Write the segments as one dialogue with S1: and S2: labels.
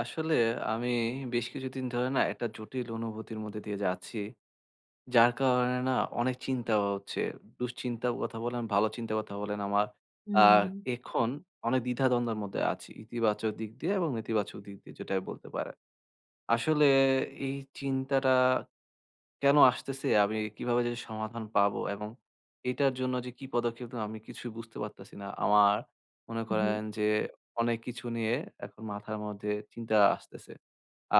S1: আসলে আমি বেশ কিছুদিন ধরে না একটা জটিল অনুভূতির মধ্যে দিয়ে যাচ্ছি। যার কারণে না অনেক চিন্তা হচ্ছে। দুশ্চিন্তার কথা বলেন, ভালো চিন্তার কথা বলেন আমার আ
S2: হুম,
S1: এখন অনেক দ্বিধাদ্বন্দ্বের মধ্যে আছি। ইতিবাচক দিক দিয়ে এবং নেতিবাচক দিক দিয়ে যেটাই বলতে পারেন। আসলে এই চিন্তাটা কেন আসতেছে? আমি কিভাবে যে সমাধান পাবো এবং এটার জন্য যে কি পদক্ষেপ নেব আমি কিছুই বুঝতে পারতেছি না। আমার মনে
S2: হু, হু।
S1: করেন যে অনেক কিছু নিয়ে এখন মাথার মধ্যে চিন্তা আসতেছে।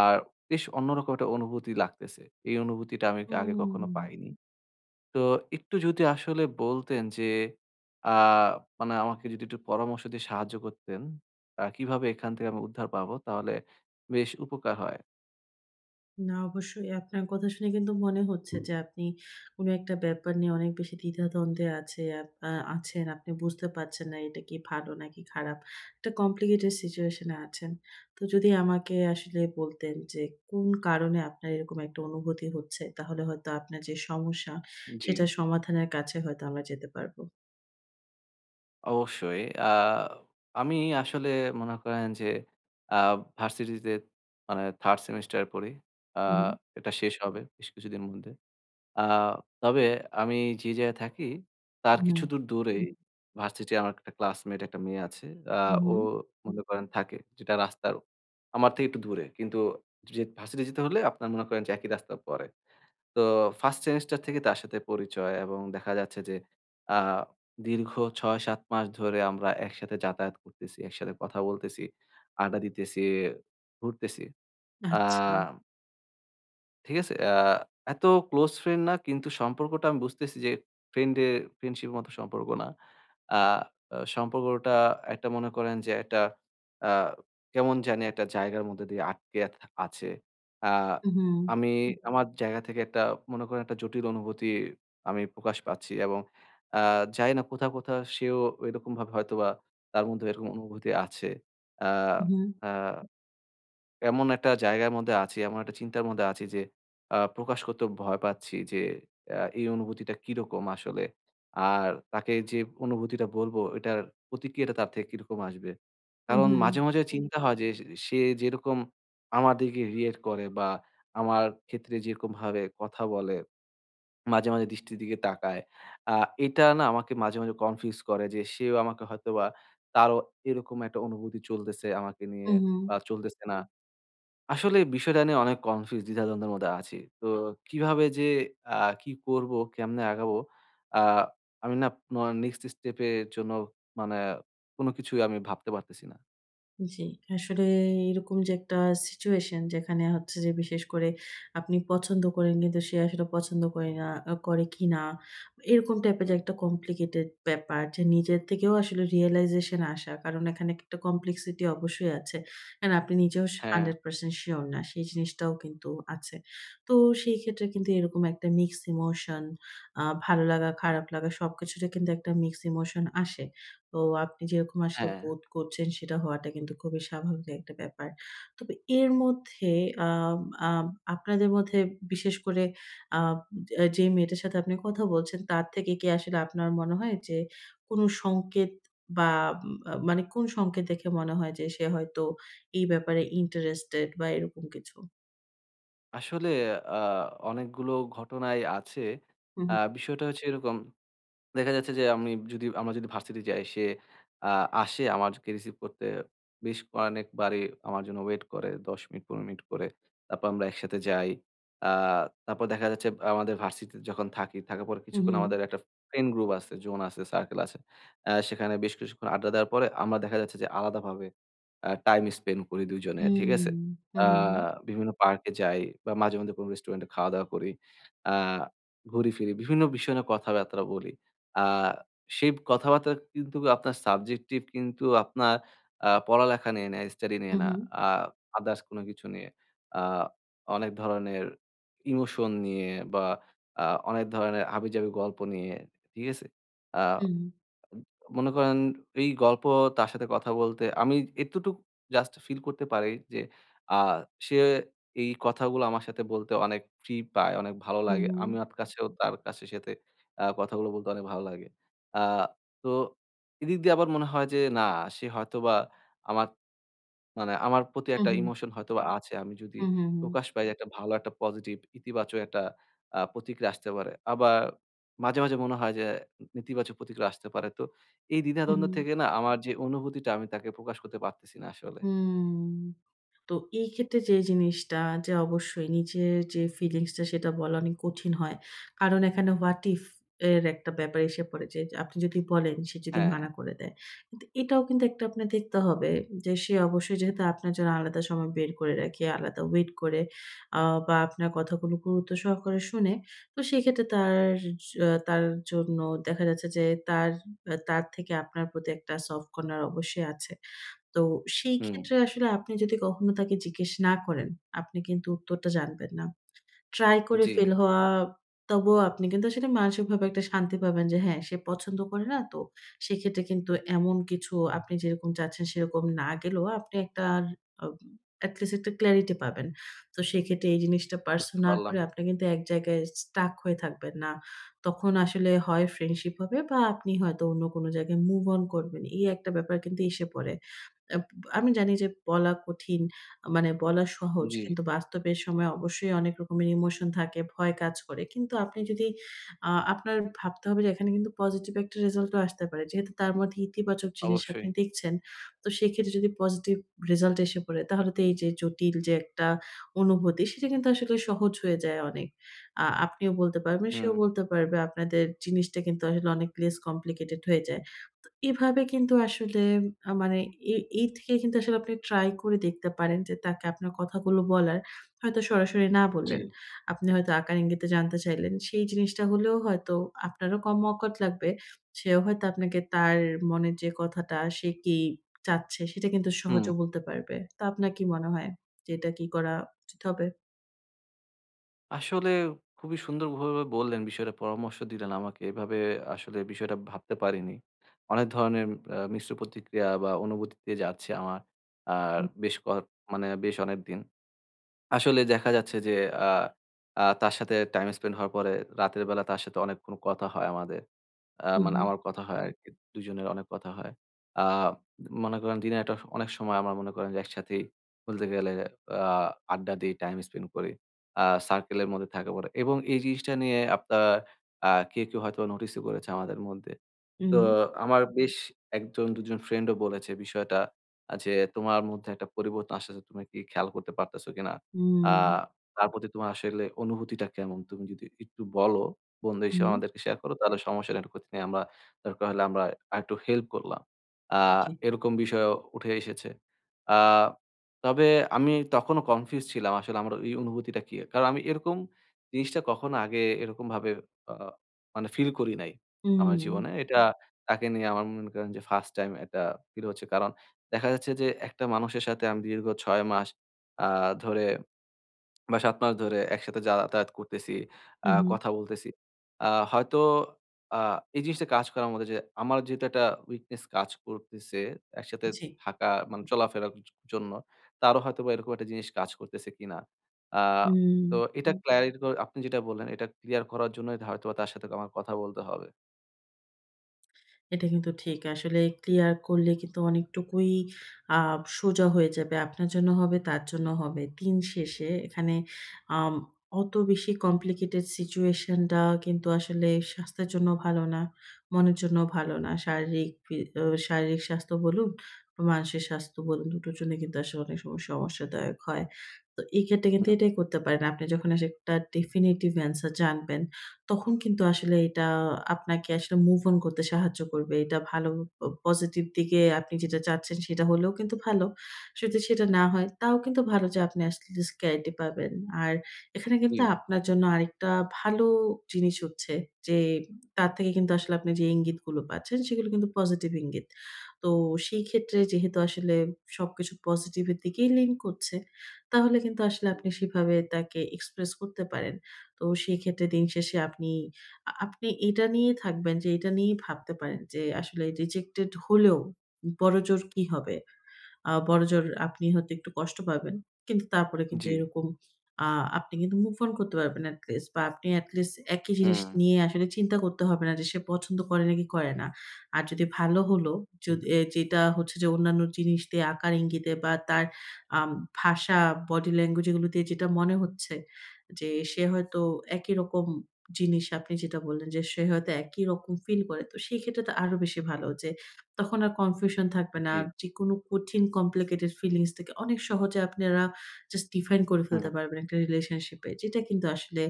S1: আর বেশ অন্যরকম একটা অনুভূতি লাগতেছে। এই অনুভূতিটা আমি আগে
S2: হুম।
S1: কখনো পাইনি। তো একটু যদি আসলে বলতেন যে আ মানে আমাকে যদি একটু পরামর্শ দিয়ে সাহায্য করতেন, কিভাবে এখান থেকে আমি উদ্ধার পাবো তাহলে বেশ উপকার হয়।
S2: না, অবশ্যই আপনার কথা শুনে কিন্তু মনে হচ্ছে যে আপনি কোনো একটা ব্যাপার নিয়ে অনেক বেশি দ্বিধাদ্বন্দ্বে আছে আপ আ আছেন। আপনি বুঝতে পারছেন না এটা কি ভালো নাকি খারাপ। একটা কমপ্লিকেটেড সিচুয়েশন এ আছেন। তো যদি আমাকে আসলে বলতেন যে কোন কারণে আপনার এরকম একটা অনুভূতি হচ্ছে, তাহলে হয়তো আপনার যে সমস্যা
S1: জি।
S2: সেটা সমাধানের কাছে হয়তো আমরা যেতে পারবো।
S1: অবশ্যই। আ আমি আসলে মনে করেন যে আ ভার্সিটিতে মানে 3rd সেমিস্টার পড়ি। আ
S2: হু,
S1: এটা শেষ হবে বেশ কিছুদিন মধ্যে। আ তবে আমি যে জায়গায় থাকি তার
S2: হু,
S1: কিছুদূর দূরেই ভার্সিটির আমার একটা ক্লাসমেট একটা মেয়ে আছে। আ
S2: হু, হু,
S1: ও হুম। মনে করেন থাকে যেটা রাস্তার আমার থেকে একটু দূরে। কিন্তু যে ভার্সিটি যেতে হলে আপনার মনে করেন যে একই রাস্তা পড়ে। তো ফার্স্ট সেমেস্টার থেকে তার সাথে পরিচয় এবং দেখা যাচ্ছে যে আ দীর্ঘ ৬-৭ মাস ধরে আমরা একসাথে যাতায়াত করতেছি, একসাথে কথা বলতেছি, আড্ডা দিতেছি, ঘুরতেছি। আ
S2: আচ্ছা।
S1: ঠিক আছে? এত ক্লোজ ফ্রেন্ড না কিন্তু সম্পর্কটা আমি বুঝতেছি যে ফ্রেন্ডের ফ্রেন্ডশিপ এর মতো সম্পর্ক না। আ আ সম্পর্কটা একটা মনে করেন যে একটা আ কেমন জানি একটা জায়গার মধ্যে দিয়ে আটকে আছে. আ
S2: উহু,
S1: আমি হুম। আমার জায়গা থেকে একটা মনে করেন একটা জটিল অনুভূতি আমি প্রকাশ পাচ্ছি এবং আ জানি না কোথাও সেও এরকমভাবে হয়তোবা তার মধ্যে এরকম অনুভূতি আছে। আ
S2: উহু,
S1: আ এমন একটা জায়গার মধ্যে আছি, এমন একটা চিন্তার মধ্যে আছি যে প্রকাশ করতেও ভয় পাচ্ছি যে এই অনুভূতিটা কিরকম আসলে? আর তাকে যে অনুভূতিটা বলবো এটার প্রতিক্রিয়াটা তার থেকে কিরকম আসবে? কারণ
S2: উহু,
S1: মাঝে মাঝে চিন্তা হয় যে সে সে যেরকম আমার দিকে রিঅ্যাক্ট করে বা আমার ক্ষেত্রে যেরকমভাবে কথা বলে, মাঝে, মাঝে দৃষ্টির দিকে তাকায়। আ এটা না আমাকে মাঝে, মাঝে কনফিউজ করে যে সেও আমাকে হয়তোবা তারও এরকম একটা অনুভূতি চলতেছে আমাকে নিয়ে
S2: উহু।
S1: বা চলতেছে না। আসলে বিষয়টা নিয়ে অনেক কনফিউজ দ্বিধাদ্বন্দ্বের মধ্যে আছি। তো কিভাবে যে আ কি করব, কেমনে আগাবো? আ আমি না ন নেক্সট স্টেপ এর জন্য মানে কোনো কিছুই আমি ভাবতে পারতেছি না।
S2: জি, আসলে এরকম যে একটা সিচুয়েশন যেখানে হচ্ছে যে বিশেষ করে আপনি পছন্দ করেন কিন্তু সে আসলে পছন্দ করে না, করে কিনা, এরকম টাইপের যে একটা কমপ্লিকেটেড ব্যাপার যে নিজের থেকেও আসলে রিয়ালাইজেশন আসা। কারণ এখানে একটা কমপ্লেক্সিটি অবশ্যই আছে। কারণ আপনি নিজেও
S1: হ্যাঁ।
S2: 100% সিওর না। সেই জিনিসটাও কিন্তু আছে। তো সেই ক্ষেত্রে কিন্তু এরকম একটা মিক্সড ইমোশন, ভালো লাগা, খারাপ লাগা, সবকিছুরই কিন্তু একটা মিক্সড ইমোশন আসে। তো আপনি যেরকম আসলে
S1: হ্যাঁ,
S2: বোধ করছেন সেটা হওয়াটা কিন্তু খুবই স্বাভাবিক একটা ব্যাপার। তবে এর মধ্যে আম আম আপনাদের মধ্যে বিশেষ করে আ যে যেই মেয়েটার সাথে আপনি কথা বলছেন তার থেকে কি আসলে আপনার মনে হয় যে কোন সংকেত বা উম আ মানে কোন সংকেত দেখে মনে হয় যে সে হয়তো এই ব্যাপারে ইন্টারেস্টেড বা এরকম কিছু?
S1: আসলে আ অনেকগুলো ঘটনাই আছে।
S2: হু, হু,
S1: বিষয়টা হচ্ছে এরকম দেখা যাচ্ছে যে আমি যদি আমরা যদি ভার্সিটি যাই সে আ আসে আমাকে রিসিভ করতে বেশ অনেকবারই আমার জন্য ওয়েট করে ১০ মিনিট ১৫ মিনিট করে। তারপর আমরা একসাথে যাই। আ তারপর দেখা যাচ্ছে আমাদের ভার্সিটিতে থাকার পর
S2: হু, হু।
S1: কিছুক্ষণ আমাদের একটা ফ্রেন্ড গ্রুপ আছে, জোন আছে, সার্কেল আছে। সেখানে বেশ কিছুক্ষণ আড্ডা দেওয়ার পরে আমরা দেখা যাচ্ছে যে আলাদাভাবে টাইম স্পেন্ড করি ২ জনে। ঠিক
S2: হুম,
S1: আছে?
S2: হু,
S1: আ
S2: হু,
S1: বিভিন্ন পার্কে যাই বা মাঝে মধ্যে কোনো রেস্টুরেন্টে খাওয়া-দাওয়া করি। আ ঘুরি-ফিরি বিভিন্ন বিষয় নিয়ে কথাবার্তা বলি। আ সেই কথাবার্তা কিন্তু আপনার সাবজেক্টিভ কিন্তু আপনার পড়ালেখা নিয়ে না, স্টাডি
S2: হু,
S1: নিয়ে না।
S2: হু,
S1: আ আদার্স কোনো কিছু নিয়ে। আ অনেক ধরনের ইমোশন নিয়ে বা আ অনেক ধরনের হাবিজাবি গল্প নিয়ে। ঠিক আছে? আ
S2: হু,
S1: মনে করেন এই গল্প তার সাথে কথা বলতে আমি এতটুকু জাস্ট ফিল করতে পারি যে আ সে এই কথাগুলো আমার সাথে বলতে অনেক ফ্রি পায়, অনেক ভালো
S2: হু,
S1: লাগে।
S2: হু,
S1: আমি আমার কাছেও তার কাছে সাথে কথাগুলো বলতে অনেক ভালো লাগে। আ তো এদিক দিয়ে আবার মনে হয় যে না সে হয়তোবা আমার আমার প্রতি
S2: হু,
S1: একটা
S2: হু,
S1: ইমোশন হয়তোবা আছে। আমি যদি
S2: হু, হু, হু,
S1: প্রকাশ পাই একটা ভালো একটা পজিটিভ ইতিবাচক একটা প্রতিক্রিয়া আসতে পারে। আবার মাঝে, মাঝে মনে হয় যে নেতিবাচক প্রতিক্রিয়া আসতে পারে। তো এই
S2: হু, হু,
S1: দ্বিধাদ্বন্দ্ব থেকে না আমার যে অনুভূতিটা আমি তাকে প্রকাশ করতে পারতেছি না আসলে।
S2: হুম। তো এই ক্ষেত্রে যে জিনিসটা, যে অবশ্যই নিজের যে ফিলিংসটা সেটা বলা অনেক কঠিন হয়। কারণ এখানে হোয়াট ইফ এর একটা ব্যাপার এসে পড়ে যে আপনি যদি বলেন, সে যদি
S1: হ্যাঁ,
S2: মানা করে দেয়। কিন্তু এটাও কিন্তু একটা আপনার দেখতে হবে যে সে অবশ্যই যেহেতু আপনার জন্য আলাদা সময় বের করে রাখে, আলাদা ওয়েট করে, আ বা আপনার কথাগুলো গুরুত্ব সহকারে শুনে, তো সেক্ষেত্রে তার আ তার জন্য দেখা যাচ্ছে যে তার থেকে আপনার প্রতি একটা সফট কর্নার অবশ্যই আছে। তো সেই
S1: হুম,
S2: ক্ষেত্রে আসলে আপনি যদি কখনো তাকে জিজ্ঞেস না করেন, আপনি কিন্তু উত্তরটা জানবেন না। ট্রাই করে
S1: জি
S2: ফেল হওয়া, তবুও আপনি কিন্তু আসলে মানসিকভাবে একটা শান্তি পাবেন যে হ্যাঁ, সে পছন্দ করে না। তো সেক্ষেত্রে কিন্তু এমন কিছু আপনি যেরকম চাচ্ছেন সেরকম না গেলেও আপনি একটা আ এট লিস্ট একটা ক্লারিটি পাবেন। তো সেক্ষেত্রে এই জিনিসটা পার্সু
S1: বুঝতে
S2: না
S1: পারলাম।
S2: করে আপনি কিন্তু এক জায়গায় স্টাক হয়ে থাকবেন না। তখন আসলে হয় ফ্রেন্ডশিপ হবে বা আপনি হয়তো অন্য কোনো জায়গায় মুভ অন করবেন। এই একটা ব্যাপার কিন্তু এসে পড়ে। আব আমি জানি যে বলা কঠিন, মানে বলা সহজ।
S1: জি,
S2: কিন্তু বাস্তবের সময় অবশ্যই অনেক রকমের ইমোশন থাকে, ভয় কাজ করে। কিন্তু আপনি যদি আপনার ভাবতে হবে যে এখানে কিন্তু পজিটিভ একটা রেজাল্ট ও আসতে পারে। যেহেতু তার মধ্যে ইতিবাচক জিনিস আপনি
S1: অবশ্যই।
S2: দেখছেন, তো সেক্ষেত্রে যদি পজিটিভ রেজাল্ট এসে পড়ে তাহলে তো এই যে জটিল যে একটা অনুভূতি, সেটা কিন্তু আসলে সহজ হয়ে যায় অনেক। আপনিও বলতে পারবেন, সেও
S1: হুম,
S2: বলতে পারবে। আপনাদের জিনিসটা কিন্তু আসলে অনেক less complicated হয়ে যায়। তো এভাবে কিন্তু আসলে মানে এ এই থেকে কিন্তু আসলে আপনি ট্রাই করে দেখতে পারেন যে তাকে আপনার কথাগুলো বলার। হয়তো সরাসরি না
S1: জি,
S2: বললেন। আপনি হয়তো আকার ইঙ্গিতে জানতে চাইলেন। সেই জিনিসটা হলেও হয়তো আপনারও কম অকওয়ার্ড লাগবে। সেও হয়তো আপনাকে তার মনের যে কথাটা, সে কি চাচ্ছে, সেটা কিন্তু
S1: হুম।
S2: সহজে বলতে পারবে। তো আপনার কি মনে হয় যে এটা কি করা উচিত হবে?
S1: আসলে খুবই সুন্দরভাবে বললেন বিষয়টা, পরামর্শ দিলেন আমাকে। এভাবে আসলে বিষয়টা ভাবতে পারিনি। অনেক ধরনের মিশ্র প্রতিক্রিয়া বা অনুভূতি দিয়ে যাচ্ছে আমার। আর
S2: হুম,
S1: বেশ কয়েক মানে বেশ অনেকদিন। আসলে দেখা যাচ্ছে যে আ আ তার সাথে টাইম স্পেন্ড হওয়ার পরে রাতের বেলা তার সাথে অনেকক্ষণ কথা হয় আমাদের। মানে
S2: হুম,
S1: আমার কথা হয় আরকি। দুজনের অনেক কথা হয়। আ মনে করেন দিনে একটা অনেক সময় আমরা মনে করেন যে একসাথেই বলতে গেলে আ আড্ডা দিই, টাইম স্পেন্ড করি। আ সার্কেলের মধ্যে থাকা পড়ে এবং এই জিনিসটা নিয়ে আপনার কেউ হয়তোবা নোটিসও করেছে আমাদের মধ্যে। তো
S2: হুম,
S1: আমার বেশ ১ জন ২ জন ফ্রেন্ডও বলেছে বিষয়টা যে, "তোমার মধ্যে একটা পরিবর্তন আসতেছে। তুমি কি খেয়াল করতে পারতেছো কিনা? আ
S2: হুম,
S1: তার প্রতি তোমার আসলে অনুভূতিটা কেমন? তুমি যদি একটু বলো, বন্ধু
S2: হুম,
S1: হিসেবে
S2: হুম,
S1: আমাদেরকে শেয়ার করো তাহলে সমস্যা নেই। এটা ক্ষতি নেই। দরকার হলে আমরা আরেকটু হেল্প করলাম।" আ
S2: জি।
S1: এরকম বিষয়ও উঠে এসেছে। আ তবে আমি তখনও কনফিউজ ছিলাম আসলে আমার এই অনুভূতিটা কি? কারণ আমি এরকম জিনিসটা কখনো আগে এরকমভাবে আ মানে ফিল করি নাই আমার
S2: হুম,
S1: জীবনে। এটা তাকে নিয়ে আমার মনে করেন যে ফার্স্ট টাইম এটা ফিল হচ্ছে। কারণ দেখা যাচ্ছে যে একটা মানুষের সাথে আমি দীর্ঘ ৬ মাস আ ধরে বা ৭ মাস ধরে একসাথে যাতায়াত করতেছি,
S2: হুম, হুম,
S1: কথা বলতেছি। হয়তো আ এই জিনিসটা কাজ করে আমার মধ্যে যে আমার যেহেতু একটা উইকনেস কাজ করতেছে একসাথে
S2: জি।
S1: থাকা মানে চলাফেরার জন্য, তারও হয়তোবা এরকম একটা জিনিস কাজ করতেছে কিনা। আ তো
S2: হুম।
S1: এটা ক্লারিটি আপনি যেটা বললেন এটা ক্লিয়ার করার জন্যই হয়তোবা তার সাথে আমার কথা বলতে হবে।
S2: এটা কিন্তু ঠিক। আসলে ক্লিয়ার করলে কিন্তু অনেকটুকুই আ সোজা হয়ে যাবে। আপনার জন্য হবে, তার জন্য হবে। দিন শেষে এখানে আম অত বেশি কমপ্লিকেটেড সিচুয়েশন টা কিন্তু আসলে স্বাস্থ্যের জন্য ভালো না, মনের জন্য ভালো না। শারীরিক ফি অ শারীরিক স্বাস্থ্য বলুন, মানসিক স্বাস্থ্য বলুন, দুটোর জন্য কিন্তু আসলে অনেক সময় সমস্যাদায়ক হয়। তো এই ক্ষেত্রে কিন্তু
S1: হুম,
S2: এটাই করতে পারেন। আপনি যখন আসলে একটা ডেফিনিটিভ অ্যান্সার জানবেন, তখন কিন্তু আসলে এটা আপনাকে আসলে মুভ অন করতে সাহায্য করবে। এটা ভালো, প পজিটিভ দিকে আপনি যেটা চাচ্ছেন সেটা হলেও কিন্তু ভালো। যদি সেটা না হয় তাও কিন্তু ভালো যে আপনি অ্যাটলিস্ট ক্ল্যারিটি পাবেন। আর এখানে কিন্তু
S1: জি,
S2: আপনার জন্য আরেকটা ভালো জিনিস হচ্ছে যে তার থেকে কিন্তু আসলে আপনি যে ইঙ্গিতগুলো পাচ্ছেন সেগুলো কিন্তু পজিটিভ ইঙ্গিত। তো সেই ক্ষেত্রে যেহেতু আসলে সবকিছু পজিটিভ এর দিকেই লিঙ্ক করছে, তাহলে কিন্তু আসলে
S1: হুম,
S2: আপনি সেভাবে তাকে এক্সপ্রেস করতে পারেন। তো সেক্ষেত্রে দিন শেষে আপনি আপনি এটা নিয়ে থাকবেন, যে এটা নিয়েই ভাবতে পারেন যে আসলে রিজেক্টেড হলেও বড়জোর কি হবে? বড়জোর আপনি হয়তো একটু কষ্ট পাবেন। কিন্তু তারপরে কিন্তু
S1: জি।
S2: এরকম আ আপনি কিন্তু মুভ অন করতে পারবেন এট লিস্ট, বা আপনি এট লিস্ট একই জিনিস
S1: হুম,
S2: নিয়ে আসলে চিন্তা করতে হবে না যে সে পছন্দ করে নাকি করে না। আর যদি ভালো হলো, যদি এ যেটা হচ্ছে যে অন্যান্য জিনিস দিয়ে আকার ইঙ্গিতে বা তার আম ভাষা, বডি ল্যাঙ্গুয়েজ, এগুলো দিয়ে যেটা মনে হচ্ছে যে সে হয়তো একই রকম জিনিস আপনি যেটা বললেন যে সে হয়তো একই রকম ফিল করে। তো সেই ক্ষেত্রে তো আরো বেশি ভালো যে তখন আর কনফিউশন থাকবে না।
S1: জি,
S2: যেকোনো কঠিন কমপ্লিকেটেড ফিলিংস থেকে অনেক সহজে আপনারা জাস্ট ডিফাইন করে
S1: হুম।
S2: ফেলতে পারবেন একটা রিলেশনশিপে। যেটা কিন্তু আসলে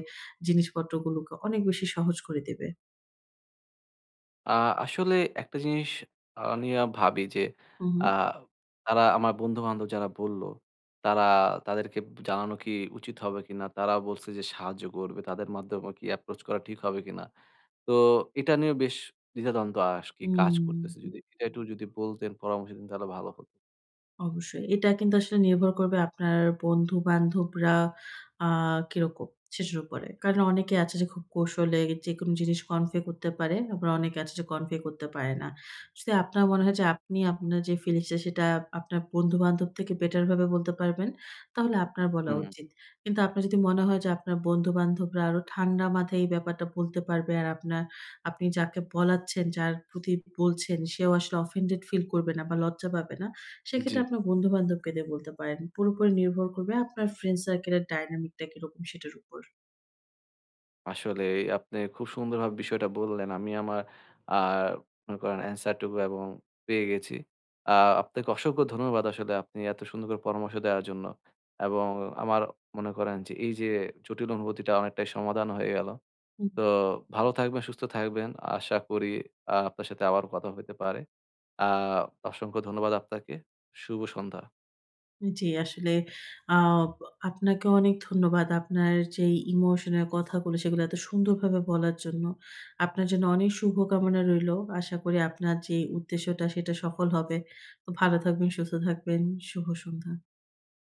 S2: জিনিসপত্রগুলোকে অনেক বেশি সহজ করে দেবে।
S1: আ আসলে একটা জিনিস নিয়ে ভাবি যে
S2: হু, হু।
S1: আ তারা আমার বন্ধু-বান্ধব যারা বলল, তারা তাদেরকে জানানো কি উচিত হবে কিনা? তারা বলছে যে সাহায্য করবে। তাদের মাধ্যমে কি approach করা ঠিক হবে কিনা? তো এটা নিয়ে বেশ দ্বিধাদ্বন্দ্ব কি কাজ
S2: হুম।
S1: করতেছে। যদি এটা একটু বলতেন, পরামর্শ দিতেন তাহলে ভালো হতো।
S2: অবশ্যই। এটা কিন্তু আসলে নির্ভর করবে আপনার বন্ধু-বান্ধবরা আ কিরকম সেটার উপরে। কারণ অনেকে আছে যে খুব কৌশলে যেকোনো জিনিস কনফে করতে পারে। আবার অনেকে আছে যে কনফে করতে পারে না। যদি আপনার মনে হয় যে আপনি আপনার যে ফিলিংস টা সেটা আপনার বন্ধু-বান্ধব থেকে বেটার ভাবে বলতে পারবেন, তাহলে আপনার বলা
S1: হুম,
S2: উচিত। কিন্তু আপনার যদি মনে হয় যে আপনার বন্ধু-বান্ধবরা আরো ঠান্ডা মাথায় এই ব্যাপারটা বলতে পারবে, আর আপনার, আপনি যাকে বলাচ্ছেন, যার প্রতি বলছেন সেও আসলে অফেন্ডেড ফিল করবে না বা লজ্জা পাবে না,
S1: জি।
S2: সেক্ষেত্রে আপনার বন্ধু-বান্ধবকে দিয়ে বলতে পারেন। পুরোপুরি নির্ভর করবে আপনার ফ্রেন্ড সার্কেল এর ডায়নামিক টা কিরকম সেটার উপর।
S1: আসলে আপনি খুব সুন্দরভাবে বিষয়টা বললেন। আমি আমার আ মনে করেন অ্যান্সার টুকু এবং পেয়ে গেছি। আ আপনাকে অসংখ্য ধন্যবাদ আসলে আপনি এত সুন্দর করে পরামর্শ দেওয়ার জন্য। এবং আমার মনে করেন যে এই যে জটিল অনুভূতিটা অনেকটাই সমাধান হয়ে গেল।
S2: হুম,
S1: তো ভালো থাকবেন, সুস্থ থাকবেন। আশা করি আপনার সাথে আবার কথা হইতে পারে। আ অসংখ্য ধন্যবাদ আপনাকে। শুভ সন্ধ্যা।
S2: জি, আসলে আ আপনাকে অনেক ধন্যবাদ। আপনার যে ইমোশনের কথাগুলো সেগুলো এত সুন্দরভাবে বলার জন্য। আপনার জন্য অনেক শুভকামনা রইলো। আশা করি আপনার যে উদ্দেশ্যটা সেটা সফল হবে। তো ভালো থাকবেন, সুস্থ থাকবেন। শুভ সন্ধ্যা।